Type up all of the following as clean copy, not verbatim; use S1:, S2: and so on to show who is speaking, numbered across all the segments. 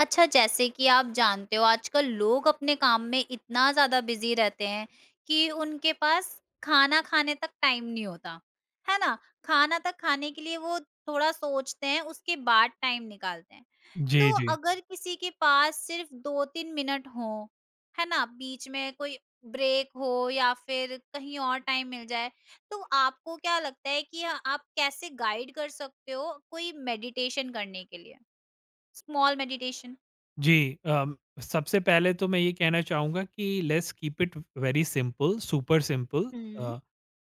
S1: अच्छा, जैसे कि आप जानते हो आजकल लोग अपने काम में इतना ज़्यादा बिज़ी रहते हैं कि उनके पास खाना खाने तक टाइम नहीं होता, है ना? खाना तक खाने के लिए वो थोड़ा सोचते हैं, उसके बाद टाइम निकालते हैं।
S2: जी,
S1: तो
S2: जी।
S1: अगर किसी के पास सिर्फ 2-3 मिनट हों, है ना? बीच में कोई ब्रेक हो या फिर कहीं और टाइम मिल जाए, तो आपको क्या लगता है कि आप कैसे गाइड कर सकते हो कोई मेडिटेशन करने के लिए? Small meditation?
S2: जी, अम, सबसे पहले तो मैं ये कहना चाहूँगा कि let's keep it very simple, super simple.
S1: हुँ।
S2: अ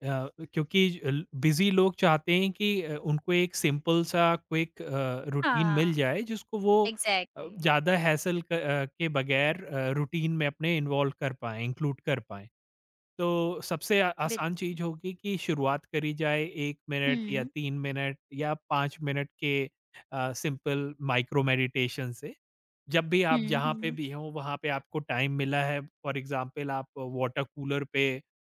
S2: क्योंकि अल बिज़ी लोग चाहते हैं कि उनको एक सिंपल सा क्विक रूटीन मिल
S1: हाँ,
S2: जाए जिसको वो
S1: एग्ज़ैक्टली,
S2: ज़्यादा हैसल के बगैर रूटीन में अपने इन्वॉल्व कर पाएँ, इंक्लूड कर पाएँ। तो सबसे आ आसान
S1: बिल्कुल।
S2: चीज़ होगी कि शुरुआत करी जाए 1 मिनट या
S1: हुँ,
S2: 3 मिनट या 5 मिनट के सिंपल माइक्रो मेडिटेशन से। जब भी
S1: हुँ,
S2: आप जहाँ पे
S1: हुँ,
S2: भी हो, वहाँ पे आपको टाइम मिला है, फॉर एग्ज़ाम्पल आप वाटर कूलर पे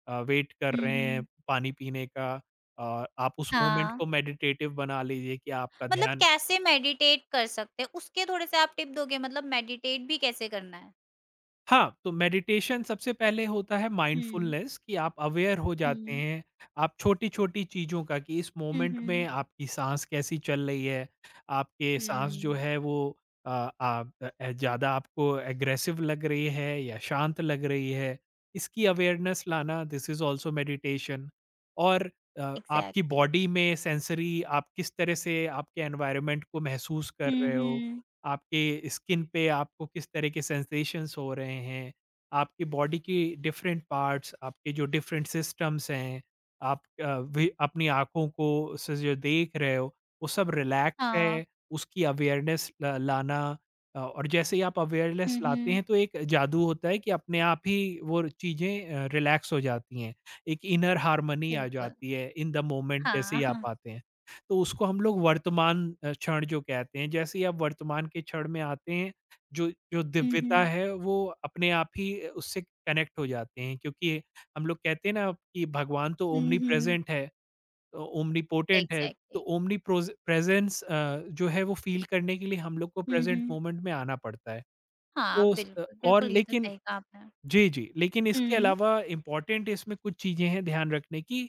S2: वेट कर
S1: हुँ,
S2: रहे हैं
S1: हुँ।
S2: पानी पीने का, आप उस मोमेंट
S1: हाँ,
S2: को मेडिटेटिव बना लीजिए कि आपका
S1: मतलब
S2: ध्यान
S1: कैसे मेडिटेट कर सकते हैं, उसके थोड़े-से आप टिप दोगे मतलब मेडिटेट भी कैसे करना है?
S2: हाँ, तो मेडिटेशन सबसे पहले होता है
S1: हुँ,
S2: माइंडफुलनेस कि आप अवेयर हो जाते
S1: हुँ,
S2: हैं, आप छोटी-छोटी चीज़ों का कि इस
S1: हुँ,
S2: मोमेंट में
S1: हुँ।
S2: आपकी साँस कैसी चल रही है, आपके साँस जो
S1: हुँ,
S2: है वो आप ज़्यादा आपको एग्रेसिव लग रही है या शांत लग रही है, इसकी अवेयरनेस लाना दिस इज़ ऑल्सो मेडिटेशन। और आपकी
S1: एग्ज़ैक्टली।
S2: बॉडी में सेंसरी आप किस तरह से आपके एनवायरनमेंट को महसूस कर
S1: हुँ,
S2: रहे हो,
S1: हुँ।
S2: आपके स्किन पे आपको किस तरह के सेंसेशंस हो रहे हैं, आपकी बॉडी की डिफरेंट पार्ट्स, आपके जो डिफरेंट सिस्टम्स हैं, आप वे अपनी आँखों को से जो देख रहे हो, वो सब रिलैक्स
S1: हाँ,
S2: है, उसकी अवेयरनेस ल लाना। और जैसे ही आप अवेयरनेस
S1: हुँ,
S2: लाते
S1: हुँ।
S2: हैं, तो एक जादू होता है कि अपने आप ही वो चीज़ें रिलैक्स हो जाती हैं। एक इनर हार्मनी आ
S1: बिल्कुल,
S2: जाती है इन द मोमेंट जैसे ही आप
S1: हाँ।
S2: आते हैं। तो उसको हम लोग वर्तमान क्षण जो कहते हैं। जैसे ही आप वर्तमान के क्षण में आते हैं, जो जो
S1: हुँ,
S2: दिव्यता
S1: हुँ।
S2: है वो अपने आप ही उससे कनेक्ट हो जाते हैं, क्योंकि हम लोग कहते हैं ना कि भगवान तो
S1: हुँ, हुँ।
S2: ओमनीप्रेज़ेंट है, ओ ओमनीपोटेंट है, तो
S1: एग्ज़ैक्टली।
S2: ओमनीप्रोज़ प्रेज़ेंस जो है वो फ़ील करने के लिए हम लोग को
S1: हुँ,
S2: प्रेज़ेंट
S1: हुँ।
S2: मोमेंट में आना पड़ता है। तो
S1: हाँ,
S2: स अ,
S1: बिल्कुल,
S2: और
S1: बिल्कुल ये तो
S2: लेकिन
S1: सही कहा आपने।
S2: जी, जी। लेकिन इसके
S1: हुँ,
S2: अलावा इम्पोर्टेंट इसमें कुछ चीज़ें हैं ध्यान रखने की।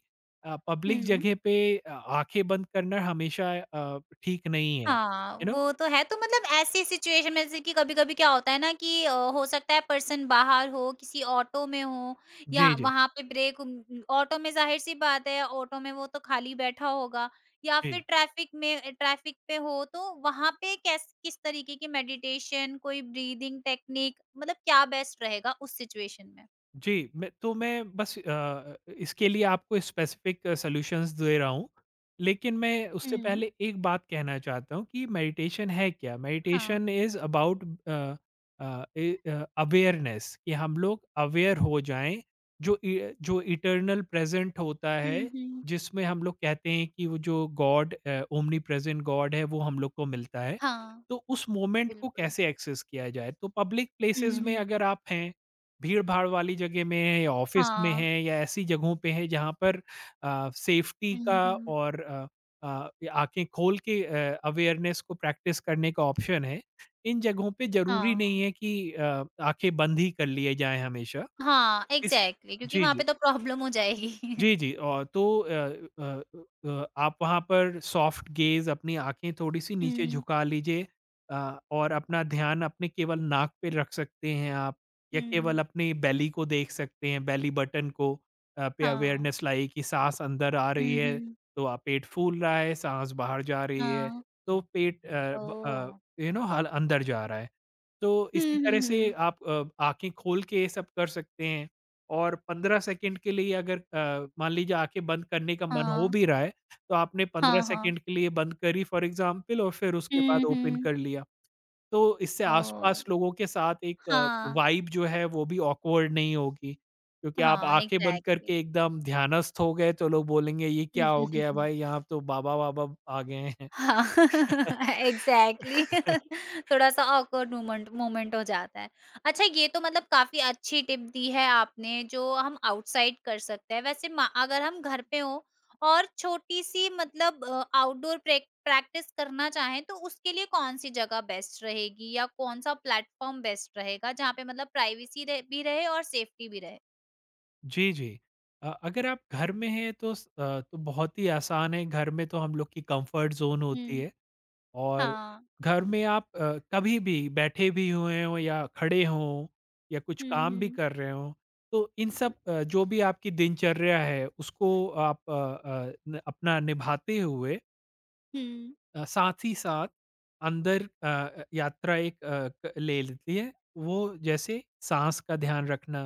S2: पब्लिक
S1: हुँ।
S2: जगह पे आँखें बंद करना हमेशा ठीक नहीं है।
S1: हाँ,
S2: यू नो?
S1: वो तो है। तो मतलब ऐसी सिचुएशन में जैसे कि कभी-कभी क्या होता है ना कि हो सकता है पर्सन बाहर हो, किसी ऑटो में हो या
S2: जी, जी।
S1: वहाँ पे ब्रेक ऑटो में ज़ाहिर-सी बात है, ऑटो में वो तो खाली बैठा होगा या फिर
S2: जी।
S1: ट्रैफिक पे हो, तो वहाँ पे कैस किस तरीके की मेडिटेशन, कोई ब्रीदिंग टेक्निक मतलब क्या बेस्ट रहेगा उस सिचुएशन में?
S2: जी, मैं बस इसके लिए आपको स्पेसिफिक सॉल्यूशंस दे रहा हूँ। लेकिन मैं उससे
S1: हुँ।
S2: पहले एक बात कहना चाहता हूँ कि मेडिटेशन है क्या?
S1: हाँ।
S2: मेडिटेशन इज़ अबाउट अवेयरनेस कि हम लोग अवेयर हो जाएँ, जो इटर्नल प्रेज़ेंट होता है,
S1: हुँ, हुँ।
S2: जिसमें हम लोग कहते हैं कि वो जो गॉड ओमनीप्रेज़ेंट गॉड है, वो हम लोग को मिलता है।
S1: हाँ,
S2: तो उस मोमेंट को
S1: बिल्कुल।
S2: कैसे एक्सेस किया जाए? तो पब्लिक
S1: हुँ,
S2: प्लेसेस में
S1: हुँ।
S2: अगर आप हैं, भीड़-भाड़ वाली जगह में है या ऑफ़िस में
S1: हाँ।
S2: है या ऐसी जगहों पे है जहाँ पर सेफ्टी
S1: हुँ,
S2: का
S1: हुँ।
S2: और आँखें खोल के अवेयरनेस को प्रैक्टिस करने का ऑप्शन है। इन जगहों पे ज़रूरी नहीं
S1: हाँ।
S2: है कि आँखें बंद ही कर लिए जाएँ हमेशा।
S1: हाँ,
S2: इस
S1: एग्ज़ैक्टली क्योंकि
S2: जी,
S1: वहाँ
S2: जी।
S1: पे तो प्रॉब्लम हो जाएगी।
S2: जी, जी। और अ आप वहाँ पर सॉफ्ट गेज़ अपनी आँखें थोड़ी-सी नीचे
S1: हुँ,
S2: झुका लीजिए, और अपना ध्यान अपने केवल नाक पे रख सकते हैं आप या केवल
S1: हुँ,
S2: अपनी बेली को देख सकते हैं, बेली बटन को। पे
S1: हाँ।
S2: अवेयरनेस लाइए कि साँस अंदर आ रही
S1: हुँ,
S2: है,
S1: हुँ,
S2: तो आप पेट फूल रहा है, साँस बाहर जा रही है,
S1: हाँ।
S2: तो पेट अ, ब
S1: ओह!
S2: अ, यू नो हल अंदर जा रहा है। तो इसी
S1: हुँ, हुँ,
S2: तरह से
S1: हुँ।
S2: आप आँखें खोल के ये सब कर सकते हैं। और 15 सेकंड के लिए अगर मान लीजिए आँखें बंद करने का मन हो
S1: हाँ,
S2: भी रहा है, तो आपने 15
S1: हाँ, हाँ।
S2: सेकंड के लिए बंद करी फॉर एग्ज़ाम्पल और फिर उसके बाद
S1: हुँ,
S2: ओपन
S1: हुँ।
S2: कर लिया। तो इससे
S1: ओह!
S2: आस-पास लोगों के साथ एक
S1: हाँ,
S2: वाइब जो है वो भी ऑकवर्ड नहीं होगी, क्योंकि आप
S1: हाँ,
S2: आँखें बंद
S1: एग्ज़ैक्टली।
S2: करके एकदम ध्यानस्थ हो गए तो लोग बोलेंगे ये क्या हो गया भाई यहाँ तो बाबा-वाबा आ गए हैं।
S1: हाँ, एग्ज़ैक्टली थोड़ा-सा ऑकवर्ड मोमेंट मोमेंट हो जाता है। अच्छा ये तो मतलब काफ़ी अच्छी टिप दी है आपने जो हम आउटसाइड कर सकते हैं। वैसे मा अगर हम घर पे हों और छोटी-सी मतलब आउटडोर प्रेक प्रैक्टिस करना चाहें तो उसके लिए कौन-सी जगह बेस्ट रहेगी या कौन-सा प्लेटफ़ॉर्म बेस्ट रहेगा जहाँ पे मतलब प्राइवेसी रह भी रहे और सेफ्टी भी रहे?
S2: जी, जी। अगर आप घर में हैं तो बहुत ही आसान है, घर में तो हम लोग की कम्फ़र्ट ज़ोन होती
S1: हुँ।
S2: है और
S1: हाँ।
S2: घर में आप कभी भी बैठे भी हुए हों या खड़े हों या कुछ
S1: हुँ,
S2: काम भी
S1: हुँ।
S2: कर रहे हों, तो इन सब जो भी आपकी दिनचर्या है उसको आप अ अ, न अपना निभाते हुए
S1: हुँ।
S2: साथ ही साथ अंदर यात्रा एक अ, क ले लेती है। वो जैसे साँस का ध्यान रखना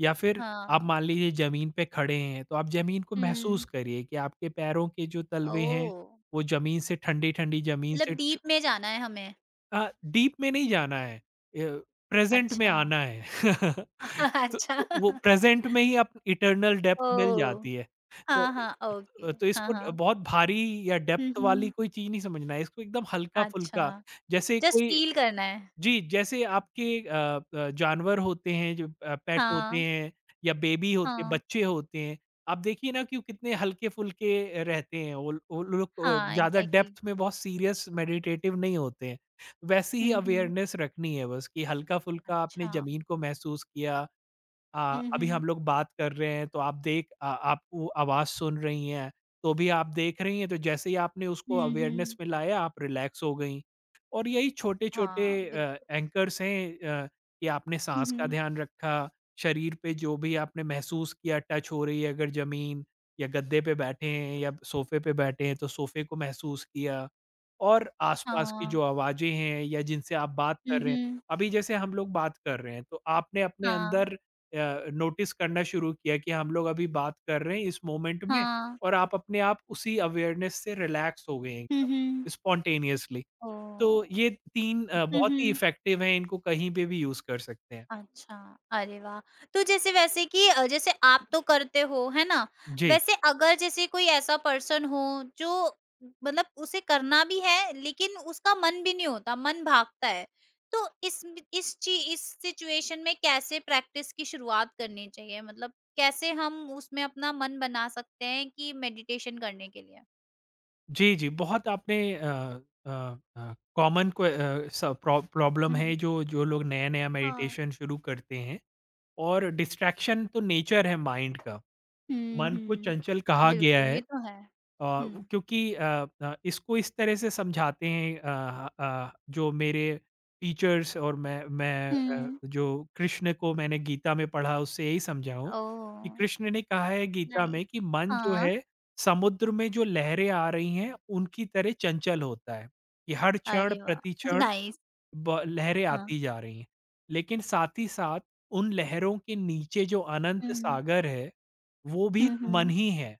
S2: या फिर आप
S1: हाँ।
S2: मान लीजिए ज़मीन पे खड़े हैं, तो आप ज़मीन को महसूस
S1: हुँ।
S2: करिए कि आपके पैरों के जो तलवे हैं,
S1: ओह!
S2: वो ज़मीन से ठंडी-ठंडी ज़मीन से
S1: मतलब
S2: छू
S1: डीप में जाना है हमें।
S2: डीप में नहीं जाना है, प्रेज़ेंट में
S1: अच्छा।
S2: आना है। तो
S1: अच्छा।
S2: तो वो प्रेज़ेंट में ही आप इटर्नल डेप्थ मिल
S1: ओह!
S2: जाती है। तो
S1: हाँ, हाँ, ओके।
S2: तो
S1: हाँ,
S2: इसको ड-
S1: हाँ।
S2: बहुत भारी या
S1: हुँ,
S2: डेप्थ वाली
S1: हुँ।
S2: कोई चीज़ नहीं समझना है, इसको एकदम
S1: अच्छा,
S2: हल्का-फुल्का, जैसे
S1: जस्ट
S2: कोई।
S1: फ़ील करना है।
S2: जी, जैसे आपके जानवर होते हैं जो पेट होते
S1: हाँ,
S2: हैं या बेबी होते हैं,
S1: हाँ,
S2: बच्चे होते हैं, आप देखिए ना कि वो कितने हल्के-फुल्के रहते हैं, वो लोग
S1: हाँ,
S2: ज़्यादा
S1: एग्ज़ैक्टली।
S2: डेप्थ में बहुत सीरियस मेडिटेटिव नहीं होते हैं। वैसी ही
S1: हुँ, हुँ।
S2: अवेयरनेस रखनी है बस कि हल्का-फुल्का आपने
S1: अच्छा।
S2: ज़मीन को महसूस किया।
S1: हुँ,
S2: अभी
S1: हुँ।
S2: हम लोग बात कर रहे हैं तो आप वो आवाज़ सुन रही हैं, तो भी आप देख रही हैं, तो जैसे ही आपने उसको
S1: हुँ,
S2: अवेयरनेस
S1: हुँ।
S2: में लाया आप रिलैक्स हो गईं। और यही छोटे-छोटे
S1: हाँ, बिल्कुल।
S2: एंकर्स हैं। कि आपने
S1: हुँ,
S2: साँस का
S1: हुँ।
S2: ध्यान रखा, शरीर पे जो भी आपने महसूस किया टच हो रही है अगर ज़मीन या गद्दे पे बैठे हैं या सोफ़े पे बैठे हैं तो सोफ़े को महसूस किया। और आसपास की
S1: हाँ।
S2: जो आवाज़ें हैं या जिनसे आप बात
S1: हुँ,
S2: कर रहे हैं,
S1: हुँ।
S2: अभी जैसे हम लोग बात कर रहे हैं तो आपने अपने
S1: हाँ,
S2: अंदर नोटिस करना शुरू किया कि हम लोग अभी बात कर रहे हैं इस मोमेंट में
S1: हाँ।
S2: और आप अपने आप उसी अवेयरनेस से रिलैक्स हो गए हैं
S1: हुँ, हुँ।
S2: एकदम स्पॉन्टेनियसली।
S1: ओह!
S2: तो ये 3
S1: हुँ,
S2: बहुत ही
S1: हुँ।
S2: इफ़ेक्टिव हैं, इनको कहीं पे भी यूज़ कर सकते हैं।
S1: अच्छा, अरे वाह! तो जैसे वैसे कि जैसे आप तो करते हो, है ना?
S2: जी।
S1: वैसे अगर जैसे कोई ऐसा पर्सन हो जो मतलब उसे करना भी है लेकिन उसका मन भी नहीं होता, मन भागता है। तो इस सिचुएशन में कैसे प्रैक्टिस की शुरुआत करनी चाहिए? मतलब कैसे हम उसमें अपना मन बना सकते हैं कि मेडिटेशन करने के लिए?
S2: जी, बहुत आपने अ कॉमन को अ, स प्रॉ प्रॉब्लम
S1: हुँ।
S2: है जो जो लोग नया-नया
S1: हाँ।
S2: मेडिटेशन शुरू करते हैं और डिस्ट्रैक्शन तो नेचर है माइंड का।
S1: हुँ,
S2: मन को
S1: हुँ।
S2: चंचल कहा गया
S1: बिल्कुल,
S2: है।
S1: ये तो है। हुँ।
S2: क्योंकि इसको इस तरह से समझाते हैं जो मेरे टीचर्स और मैं
S1: हुँ।
S2: जो कृष्ण को मैंने गीता में पढ़ा उससे यही समझा हूँ कि
S1: ओह!
S2: कृष्ण ने कहा है गीता में
S1: नाइस।
S2: कि मन जो
S1: हाँ,
S2: है समुद्र में जो लहरें आ रही हैं उनकी तरह चंचल होता है कि हर क्षण
S1: अरे वाह!
S2: प्रति क्षण
S1: नाइस।
S2: लहरें
S1: हाँ।
S2: आती जा रही हैं, लेकिन साथ ही साथ उन लहरों के नीचे जो अनंत
S1: हुँ,
S2: सागर है वो भी
S1: हुँ,
S2: मन
S1: हुँ।
S2: ही है।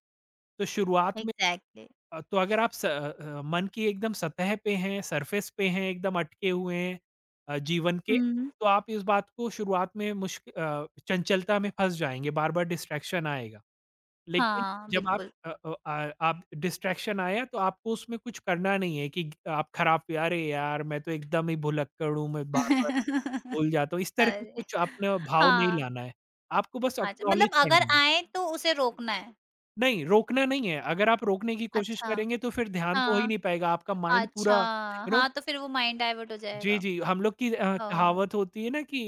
S2: तो शुरुआत में
S1: एग्ज़ैक्टली।
S2: तो अगर आप मन की एकदम सतह पे हैं, सरफेस पे हैं, एकदम अटके हुए हैं जीवन के,
S1: हुँ।
S2: तो आप इस बात को शुरुआत में चंचलता में फँस जाएँगे, बार-बार डिस्ट्रैक्शन आएगा। लेकिन
S1: हाँ,
S2: जब आप
S1: बिल्कुल।
S2: अ अ, आ आप डिस्ट्रैक्शन आया तो आपको उसमें कुछ करना नहीं है कि आप खराब पे, "अरे यार! मैं तो एकदम ही भुलक्कड़ हूँ, मैं बार-बार भूल जाता हूँ।" इस तरह से
S1: अरे!
S2: कुछ अपना भाव नहीं
S1: हाँ,
S2: लाना है। आपको बस
S1: अच्छा
S2: एक्नॉलेज
S1: मतलब अगर
S2: करना है।
S1: आएँ तो उसे रोकना है।
S2: नहीं, रोकना नहीं है, अगर आप रोकने की कोशिश
S1: अच्छा,
S2: करेंगे तो फिर ध्यान तो हो ही
S1: हाँ,
S2: नहीं पाएगा, आपका माइंड
S1: अच्छा,
S2: पूरा यू नो।
S1: हाँ, तो फिर वो माइंड डाइवर्ट हो
S2: जी,
S1: जाएगा।
S2: जी, हम लोग की
S1: ओह!
S2: कहावत होती है ना कि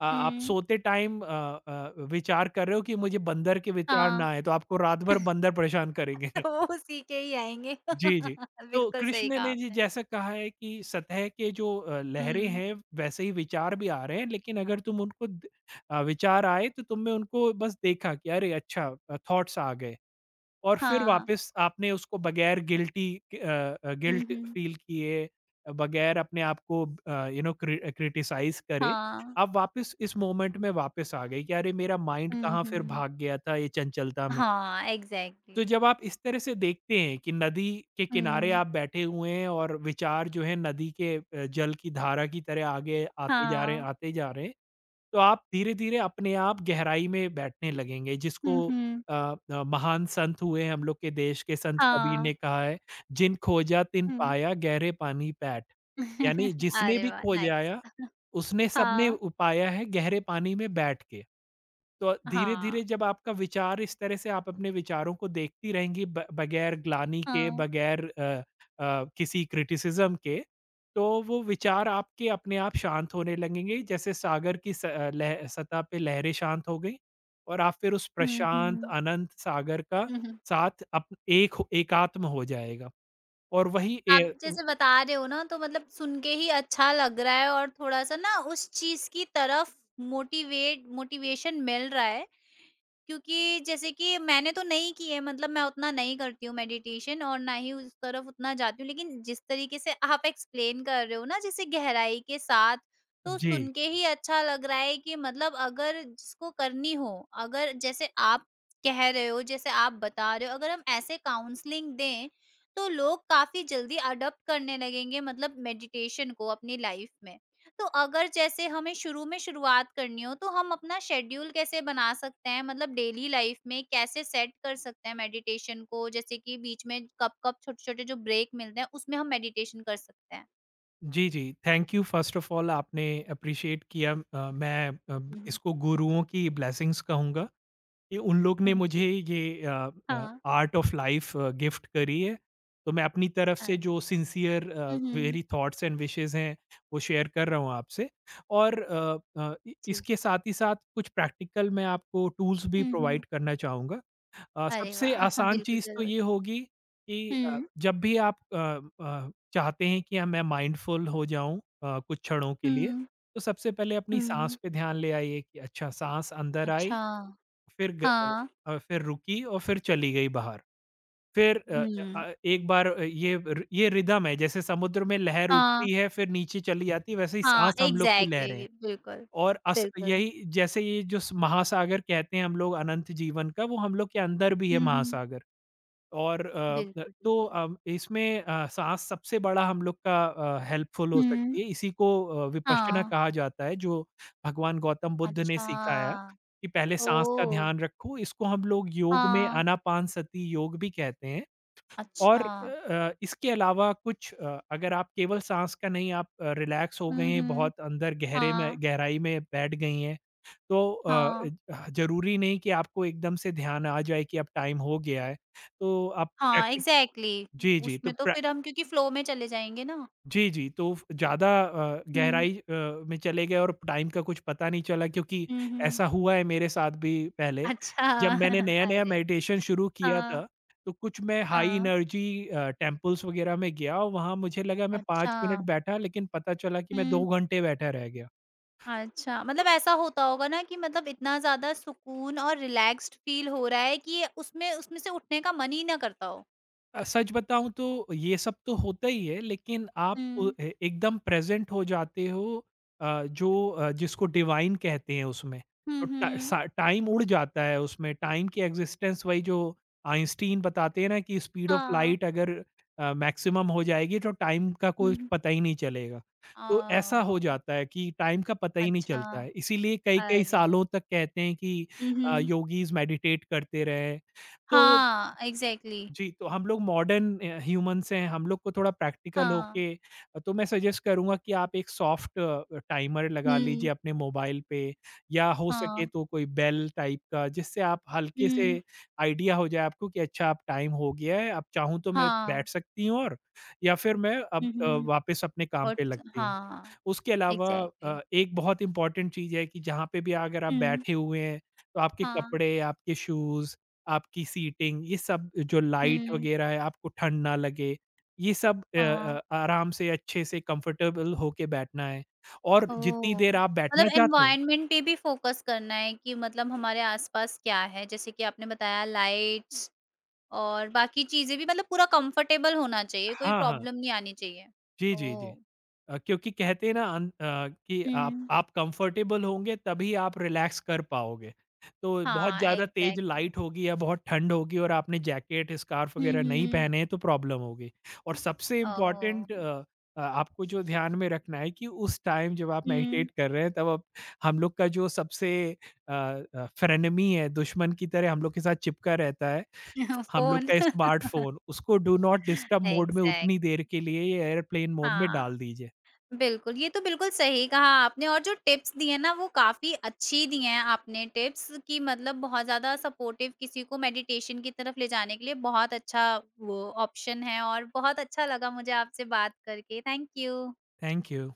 S2: आप
S1: हुँ,
S2: सोते टाइम विचार कर रहे हो कि मुझे बंदर के विचार ना
S1: हाँ।
S2: आए, तो आपको रात भर बंदर परेशान करेंगे।
S1: तो वो उसी के ही आएँगे।
S2: जी, जी। तो
S1: बिल्कुल सही
S2: कृष्ण
S1: कहा
S2: ने जी
S1: आपने।
S2: जैसा कहा है कि सतह के जो लहरें
S1: हुँ,
S2: हैं, वैसे ही विचार भी आ रहे हैं, लेकिन अगर तुम उनको विचार आए तो तुमने उनको बस देखा कि अरे अच्छा थॉट्स आ गए। और फिर
S1: हाँ।
S2: वापस आपने उसको बगैर गिल्टी अ
S1: हुँ,
S2: गिल्ट
S1: हुँ।
S2: फ़ील किए, बगैर अपने आप को यू नो क्रिटिसाइज़ करे,
S1: हाँ।
S2: आप वापस इस मोमेंट में वापस आ गए कि अरे मेरा माइंड
S1: हुँ,
S2: कहाँ फिर
S1: हुँ।
S2: भाग गया था ये चंचलता में।
S1: हाँ,
S2: तो
S1: एग्ज़ैक्टली।
S2: जब आप इस तरह से देखते हैं कि नदी के किनारे
S1: हुँ।
S2: आप बैठे हुए हैं और विचार जो है नदी के जल की धारा की तरह आगे आते जा रहे हैं,
S1: हाँ।
S2: आते जा रहे हैं, तो आप धीरे-धीरे अपने आप गहराई में बैठने लगेंगे जिसको
S1: हुँ, हुँ।
S2: अ महान संत हुए हम लोग के देश के संत कबीर ने
S1: हाँ।
S2: कहा है, "जिन खोजा तिन
S1: हुँ।
S2: पाया गहरे पानी पैठ।" यानी जिसने
S1: अरे
S2: भी
S1: वाह! नाइस।
S2: खोजाया उसने सबने
S1: हाँ,
S2: उ पाया है गहरे पानी में बैठ के। तो धीरे
S1: हाँ,
S2: धीरे जब आपका विचार इस तरह से आप अपने विचारों को देखती रहेंगी बगैर ग्लानी के
S1: हाँ।
S2: बगैर किसी क्रिटिसिज्म के, तो वो विचार आपके अपने आप शांत होने लगेंगे जैसे सागर की सतह पे लहरें शांत हो गई और आप फिर उस
S1: हुँ,
S2: प्रशांत
S1: हुँ।
S2: अनंत सागर का
S1: हुँ, हुँ।
S2: साथ एक एकात्म हो जाएगा और
S1: आप जैसे बता रहे हो ना तो मतलब सुन के ही अच्छा लग रहा है और थोड़ा-सा ना उस चीज़ की तरफ मोटिवेट मोटिवेशन मिल रहा है क्योंकि जैसे कि मैंने तो नहीं की है मतलब मैं उतना नहीं करती हूँ मेडिटेशन और ना ही उस तरफ उतना जाती हूँ लेकिन जिस तरीके से आप एक्सप्लेन कर रहे हो ना जैसे गहराई के साथ तो
S2: जी
S1: सुन के ही अच्छा लग रहा है कि मतलब अगर जिसको करनी हो अगर जैसे आप कह रहे हो जैसे आप बता रहे हो अगर हम ऐसे काउंसलिंग दें तो लोग काफी जल्दी अडॉप्ट करने लगेंगे मतलब मेडिटेशन को अपनी लाइफ में तो अगर जैसे हमें शुरू में शुरुआत करनी हो तो हम अपना शेड्यूल कैसे बना सकते हैं मतलब डेली लाइफ में कैसे सेट कर सकते हैं मेडिटेशन को जैसे कि बीच में कब कब छोटे छोटे जो ब्रेक मिलते हैं उसमें हम मेडिटेशन कर सकते हैं।
S2: जी जी। Thank you first of all आपने अप्रिशिएट किया, मैं
S1: हम्म,
S2: इसको गुरुओं की ब्लेसिंग्स कहूँगा। ये उन लोग ने
S1: हम्म,
S2: मुझे ये
S1: हाँ।
S2: आर्ट ऑफ लाइफ गिफ्ट करी है। तो मैं अपनी तरफ से
S1: अरे
S2: जो
S1: वाह।
S2: सिंसियर
S1: हम्म।
S2: मेरी थॉट्स एंड विशेज़ हैं, वो शेयर कर रहा हूँ आपसे। और अ अ, इ
S1: जी।
S2: इसके साथ ही साथ कुछ प्रैक्टिकल मैं आपको टूल्स भी
S1: हम्म, हम्म,
S2: प्रोवाइड करना चाहूँगा।
S1: अरे
S2: सबसे
S1: वाह। हाँ,
S2: आसान
S1: बिल्कुल
S2: चीज़ तो
S1: जरूर।
S2: ये होगी कि
S1: हम्म,
S2: जब भी आप चाहते हैं कि मैं माइंडफुल हो जाऊँ कुछ क्षणों के लिए,
S1: हम्म।
S2: तो सबसे पहले अपनी साँस
S1: हम्म।
S2: पे ध्यान ले आइए कि अच्छा साँस
S1: अच्छा
S2: अंदर आई,
S1: अच्छा।
S2: फिर ग
S1: हाँ।
S2: फिर रुकी और फिर चली गई बाहर। फिर अ
S1: हम्म।
S2: एक बार, ये रिदम है। जैसे समुद्र में लहर
S1: हाँ।
S2: उठती है फिर नीचे चली जाती है, वैसे ही
S1: हाँ
S2: साँस हम लोग की लहरें हैं।
S1: एग्जैक्टली बिल्कुल
S2: और अस
S1: बिल्कुल।
S2: यही जैसे ये जो स महासागर कहते हैं हम लोग अनंत जीवन का, वो हम लोग के अंदर भी है
S1: हम्म।
S2: महासागर। और न
S1: बिल्कुल
S2: तो
S1: बिल्कुल।
S2: इसमें साँस सबसे बड़ा हम लोग का हेल्पफुल हो
S1: हम्म।
S2: सकती है। इसी को विपश्यना
S1: हाँ,
S2: कहा जाता है जो भगवान गौतम बुद्ध ने
S1: अच्छा।
S2: सिखाया कि पहले साँस का
S1: ओह!
S2: ध्यान रखो। इसको हम लोग योग में
S1: हाँ,
S2: आनापानसति योग भी कहते हैं। और
S1: अच्छा।
S2: इसके अलावा अगर आप केवल साँस का नहीं, आप रिलैक्स हो गए
S1: हुँ,
S2: हैं,
S1: हुँ।
S2: बहुत अंदर गहरे में
S1: हाँ,
S2: गहराई में बैठ गई हैं, तो अ,
S1: हाँ,
S2: ज ज़रूरी नहीं कि आपको एकदम से ध्यान आ जाए कि अब टाइम हो गया है, तो आप
S1: हाँ,
S2: प्रैक्टिक
S1: एग्ज़ैक्टली
S2: जी, जी, तो
S1: उसमें तो
S2: प्र
S1: फिर हम क्योंकि फ़्लो में चले जाएँगे ना।
S2: जी, जी, तो फ ज़्यादा
S1: हुँ,
S2: गहराई में चले गए और टाइम का कुछ पता नहीं चला, क्योंकि
S1: हुँ, हुँ।
S2: ऐसा हुआ है मेरे साथ भी पहले।
S1: अच्छा
S2: जब मैंने नया-नया
S1: अरे!
S2: मेडिटेशन शुरू किया
S1: हाँ,
S2: था, तो कुछ मैं हाई
S1: हाँ,
S2: एनर्जी टेम्पल्स वगैरह में गया और वहाँ मुझे लगा मैं
S1: अच्छा।
S2: 5 मिनट बैठा, लेकिन पता चला कि मैं
S1: हुँ,
S2: 2 घंटे बैठा रह गया।
S1: अच्छा मतलब ऐसा होता होगा ना कि मतलब इतना ज़्यादा सुकून और रिलैक्स्ड फ़ील हो रहा है कि ये उसमें उसमें से उठने का मन ही ना करता हो।
S2: सच बताऊँ तो ये सब तो होता ही है, लेकिन आप उ
S1: हुँ।
S2: ए एकदम प्रेज़ेंट हो जाते हो जो, जिसको डिवाइन कहते हैं, उसमें।
S1: हुँ,
S2: तो टा
S1: हुँ।
S2: सा टाइम उड़ जाता है उसमें, टाइम की एक्ज़िस्टेंस वही जो आइंस्टीन बताते हैं ना कि स्पीड ऑफ
S1: हाँ।
S2: लाइट अगर मैक्सिमम हो जाएगी तो टाइम का
S1: हुँ,
S2: कुछ
S1: हुँ।
S2: पता ही नहीं चलेगा। तो ऐसा हो
S1: ओह!
S2: जाता है कि टाइम का पता ही नहीं
S1: अच्छा।
S2: चलता है, इसीलिए कई-कई
S1: अरे!
S2: सालों तक कहते हैं कि
S1: हुँ, हुँ।
S2: योगीज़ मेडिटेट करते रहे। तो
S1: हाँ, एग्ज़ैक्टली
S2: जी, तो हम लोग मॉडर्न ह्यूमन्स हैं, हम लोग को थोड़ा प्रैक्टिकल
S1: हाँ।
S2: होके, तो मैं सजेस्ट करूँगा कि आप एक सॉफ्ट टाइमर लगा
S1: हुँ।
S2: लीजिए अपने मोबाइल पे, या हो सके
S1: हाँ।
S2: तो कोई बेल टाइप का, जिससे आप हल्के
S1: हुँ।
S2: से आइडिया हो जाए आपको कि अच्छा अब टाइम हो गया है, अब चाहूँ तो मैं
S1: हाँ।
S2: बैठ सकती हूँ, और या फिर मैं अब
S1: हुँ, हुँ।
S2: वापस अपने काम
S1: और
S2: पे
S1: स
S2: लगती हूँ।
S1: हाँ,
S2: उसके अलावा
S1: एग्ज़ैक्टली
S2: एक बहुत इम्पोर्टेंट चीज़ है कि जहाँ पे भी अगर आप
S1: हुँ।
S2: बैठे हुए हैं, तो आपके
S1: हाँ।
S2: कपड़े, आपके शूज़, आपकी सीटिंग, ये सब जो लाइट
S1: हुँ।
S2: वगैरह है, आपको ठंड ना लगे, ये सब
S1: हाँ।
S2: आराम से, अच्छे से, कंफर्टेबल होके बैठना है और जितनी
S1: ओह!
S2: देर आप
S1: मतलब
S2: बैठना चाहते हैं।
S1: एनवायरनमेंट पे भी फ़ोकस करना है कि मतलब हमारे आस-पास क्या है? जैसे कि आपने बताया लाइट्स और बाकी चीज़ें भी मतलब पूरा कंफर्टेबल होना चाहिए, कोई
S2: हाँ, हाँ।
S1: प्रॉब्लम नहीं आनी चाहिए।
S2: जी, जी,
S1: ओह!
S2: जी। क्योंकि कहते हैं ना कि आप
S1: हुँ।
S2: आप कंफर्टेबल होंगे तभी आप रिलैक्स कर पाओगे। तो बहुत
S1: हाँ,
S2: ज़्यादा तेज़
S1: एग्ज़ैक्टली।
S2: लाइट होगी या बहुत ठंड होगी और आपने जैकेट, स्कार्फ़
S1: हुँ,
S2: वग़ैरह नहीं
S1: हुँ।
S2: पहने हैं तो प्रॉब्लम होगी। और सबसे इम्पोर्टेंट
S1: ओह!
S2: अ अ, आपको जो ध्यान में रखना है कि उस टाइम जब आप
S1: हुँ,
S2: मेडिटेट कर रहे हैं तब आप हम लोग का जो सबसे फ्रेनेमी है, दुश्मन की तरह हम लोग के साथ चिपका रहता है, हम लोग
S1: फ़ोन
S2: का स्मार्टफ़ोन, उसको डू नॉट डिस्टर्ब मोड में,
S1: एग्ज़ैक्ट
S2: उतनी देर के लिए एयरप्लेन मोड में
S1: हाँ,
S2: डाल दीजिए।
S1: बिल्कुल, ये तो बिल्कुल सही कहा आपने और जो टिप्स दिए ना वो काफ़ी अच्छी दी हैं आपने टिप्स कि मतलब बहुत ज़्यादा सपोर्टिव किसी को मेडिटेशन की तरफ ले जाने के लिए बहुत अच्छा वो ऑप्शन है और बहुत अच्छा लगा मुझे आपसे बात करके। Thank you.
S2: Thank you.